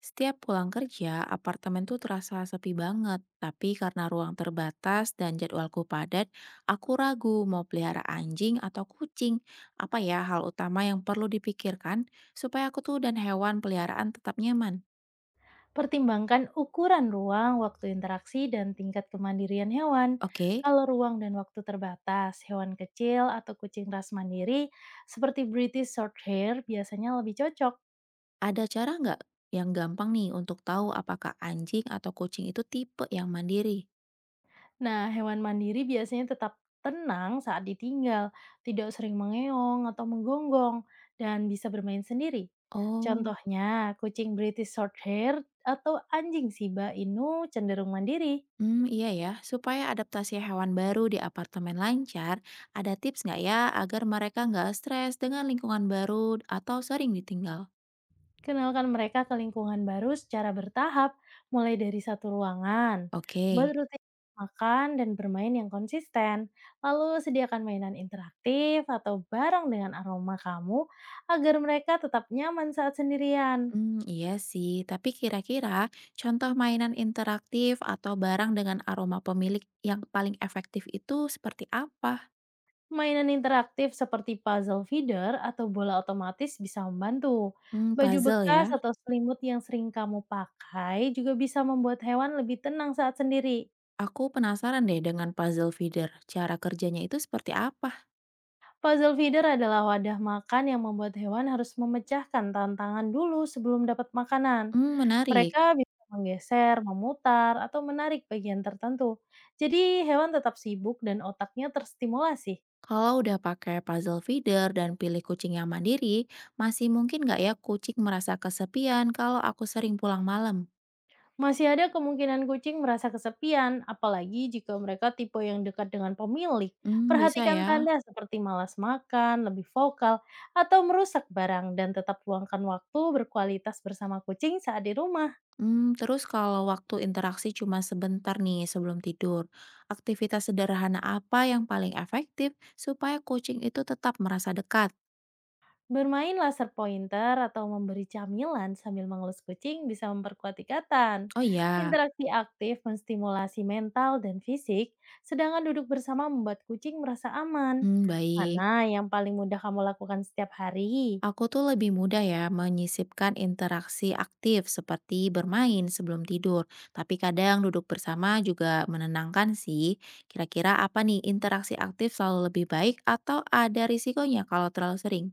Setiap pulang kerja, apartemen tuh terasa sepi banget. Tapi karena ruang terbatas dan jadwalku padat, aku ragu mau pelihara anjing atau kucing. Apa ya hal utama yang perlu dipikirkan supaya aku tuh dan hewan peliharaan tetap nyaman? Pertimbangkan ukuran ruang, waktu interaksi, dan tingkat kemandirian hewan. Oke, Kalau ruang dan waktu terbatas, hewan kecil atau kucing ras mandiri seperti British Shorthair biasanya lebih cocok. ada cara nggak yang gampang nih untuk tahu apakah anjing atau kucing itu tipe yang mandiri? Nah, hewan mandiri biasanya tetap tenang saat ditinggal, tidak sering mengeong atau menggonggong, dan bisa bermain sendiri. Oh. Contohnya, kucing British Shorthair atau anjing Shiba Inu cenderung mandiri. Iya ya, supaya adaptasi hewan baru di apartemen lancar, ada tips nggak ya agar mereka nggak stres dengan lingkungan baru atau sering ditinggal? Kenalkan mereka ke lingkungan baru secara bertahap, mulai dari satu ruangan. Oke. Buat rutin makan dan bermain yang konsisten. Lalu sediakan mainan interaktif atau barang dengan aroma kamu agar mereka tetap nyaman saat sendirian. Iya sih, tapi kira-kira contoh mainan interaktif atau barang dengan aroma pemilik yang paling efektif itu seperti apa? Mainan interaktif seperti puzzle feeder atau bola otomatis bisa membantu. Baju Puzzle bekas ya. atau selimut yang sering kamu pakai juga bisa membuat hewan lebih tenang saat sendiri. Aku penasaran deh dengan puzzle feeder. Cara kerjanya itu seperti apa? Puzzle feeder adalah wadah makan yang membuat hewan harus memecahkan tantangan dulu sebelum dapat makanan. Hmm, menarik. Mereka bisa menggeser, memutar, atau menarik bagian tertentu. Jadi hewan tetap sibuk dan otaknya terstimulasi. Kalau udah pakai puzzle feeder dan pilih kucing yang mandiri, masih mungkin nggak ya kucing merasa kesepian kalau aku sering pulang malam? Masih ada kemungkinan kucing merasa kesepian, apalagi jika mereka tipe yang dekat dengan pemilik. Hmm, bisa Perhatikan ya. tanda seperti malas makan, lebih vokal, atau merusak barang dan tetap luangkan waktu berkualitas bersama kucing saat di rumah. Terus kalau waktu interaksi cuma sebentar nih sebelum tidur, aktivitas sederhana apa yang paling efektif supaya kucing itu tetap merasa dekat? Bermain laser pointer atau memberi camilan sambil mengelus kucing bisa memperkuat ikatan. Oh ya, Interaksi aktif menstimulasi mental dan fisik, sedangkan duduk bersama membuat kucing merasa aman. hmm, baik. Mana yang paling mudah kamu lakukan setiap hari? Aku tuh lebih mudah ya menyisipkan interaksi aktif seperti bermain sebelum tidur. Tapi kadang duduk bersama juga menenangkan sih. Kira-kira apa nih interaksi aktif selalu lebih baik atau ada risikonya kalau terlalu sering?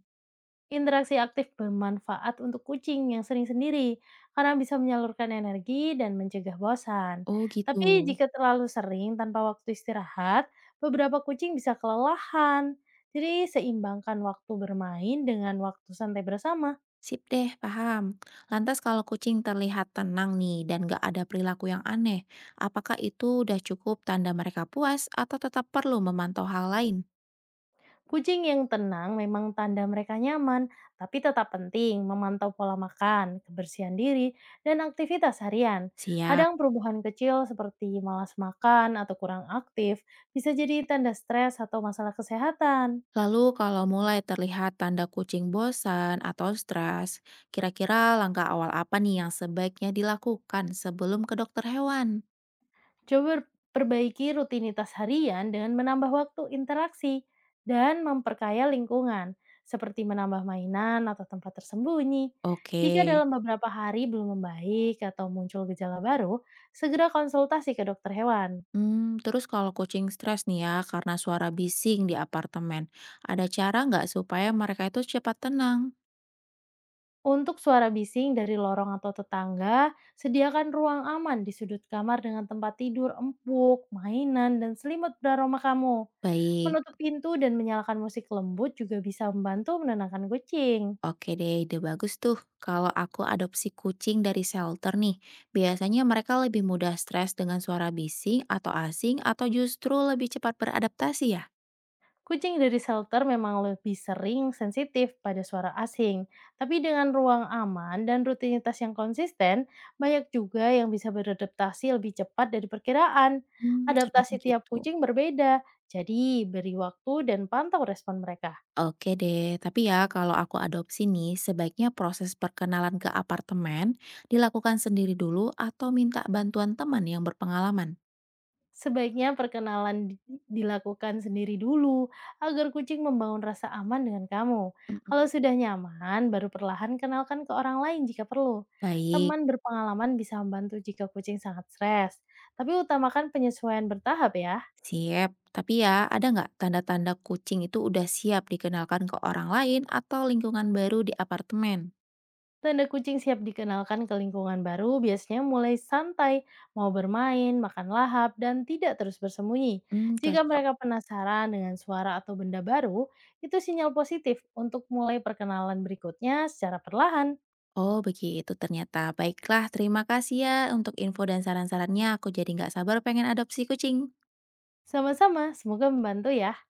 Interaksi aktif bermanfaat untuk kucing yang sering sendiri karena bisa menyalurkan energi dan mencegah bosan. Oh gitu. Tapi jika terlalu sering tanpa waktu istirahat, beberapa kucing bisa kelelahan. Jadi seimbangkan waktu bermain dengan waktu santai bersama. Sip deh, paham. Lantas kalau kucing terlihat tenang nih dan gak ada perilaku yang aneh, apakah itu udah cukup tanda mereka puas atau tetap perlu memantau hal lain? Kucing yang tenang memang tanda mereka nyaman, tapi tetap penting memantau pola makan, kebersihan diri, dan aktivitas harian. Siap. Kadang perubahan kecil seperti malas makan atau kurang aktif bisa jadi tanda stres atau masalah kesehatan. Lalu kalau mulai terlihat tanda kucing bosan atau stres, kira-kira langkah awal apa nih yang sebaiknya dilakukan sebelum ke dokter hewan? Coba perbaiki rutinitas harian dengan menambah waktu interaksi dan memperkaya lingkungan, seperti menambah mainan atau tempat tersembunyi. Oke. Jika dalam beberapa hari belum membaik atau muncul gejala baru, segera konsultasi ke dokter hewan. Terus kalau kucing stres nih ya karena suara bising di apartemen, ada cara nggak supaya mereka itu cepat tenang? Untuk suara bising dari lorong atau tetangga, sediakan ruang aman di sudut kamar dengan tempat tidur empuk, mainan, dan selimut beraroma kamu. Baik, Menutup pintu dan menyalakan musik lembut juga bisa membantu menenangkan kucing. oke deh, ide bagus tuh. Kalau aku adopsi kucing dari shelter nih, biasanya mereka lebih mudah stres dengan suara bising atau asing atau justru lebih cepat beradaptasi ya? Kucing dari shelter memang lebih sering sensitif pada suara asing, tapi dengan ruang aman dan rutinitas yang konsisten, banyak juga yang bisa beradaptasi lebih cepat dari perkiraan. Mmm, ternyata Adaptasi tiap gitu. kucing berbeda, jadi beri waktu dan pantau respon mereka. Oke deh, tapi ya kalau aku adopsi nih, sebaiknya proses perkenalan ke apartemen dilakukan sendiri dulu atau minta bantuan teman yang berpengalaman? Sebaiknya perkenalan dilakukan sendiri dulu agar kucing membangun rasa aman dengan kamu. Kalau Mhm. sudah nyaman, baru perlahan kenalkan ke orang lain jika perlu. Baik, Teman berpengalaman bisa membantu jika kucing sangat stres, tapi utamakan penyesuaian bertahap ya. siap. Tapi ya ada nggak tanda-tanda kucing itu udah siap dikenalkan ke orang lain atau lingkungan baru di apartemen? Tanda kucing siap dikenalkan ke lingkungan baru biasanya mulai santai, mau bermain, makan lahap, dan tidak terus bersembunyi. Hmm, Jika cocok. mereka penasaran dengan suara atau benda baru, itu sinyal positif untuk mulai perkenalan berikutnya secara perlahan. Oh begitu ternyata. Baiklah, terima kasih ya untuk info dan saran-sarannya. Aku jadi nggak sabar pengen adopsi kucing. Sama-sama, semoga membantu ya.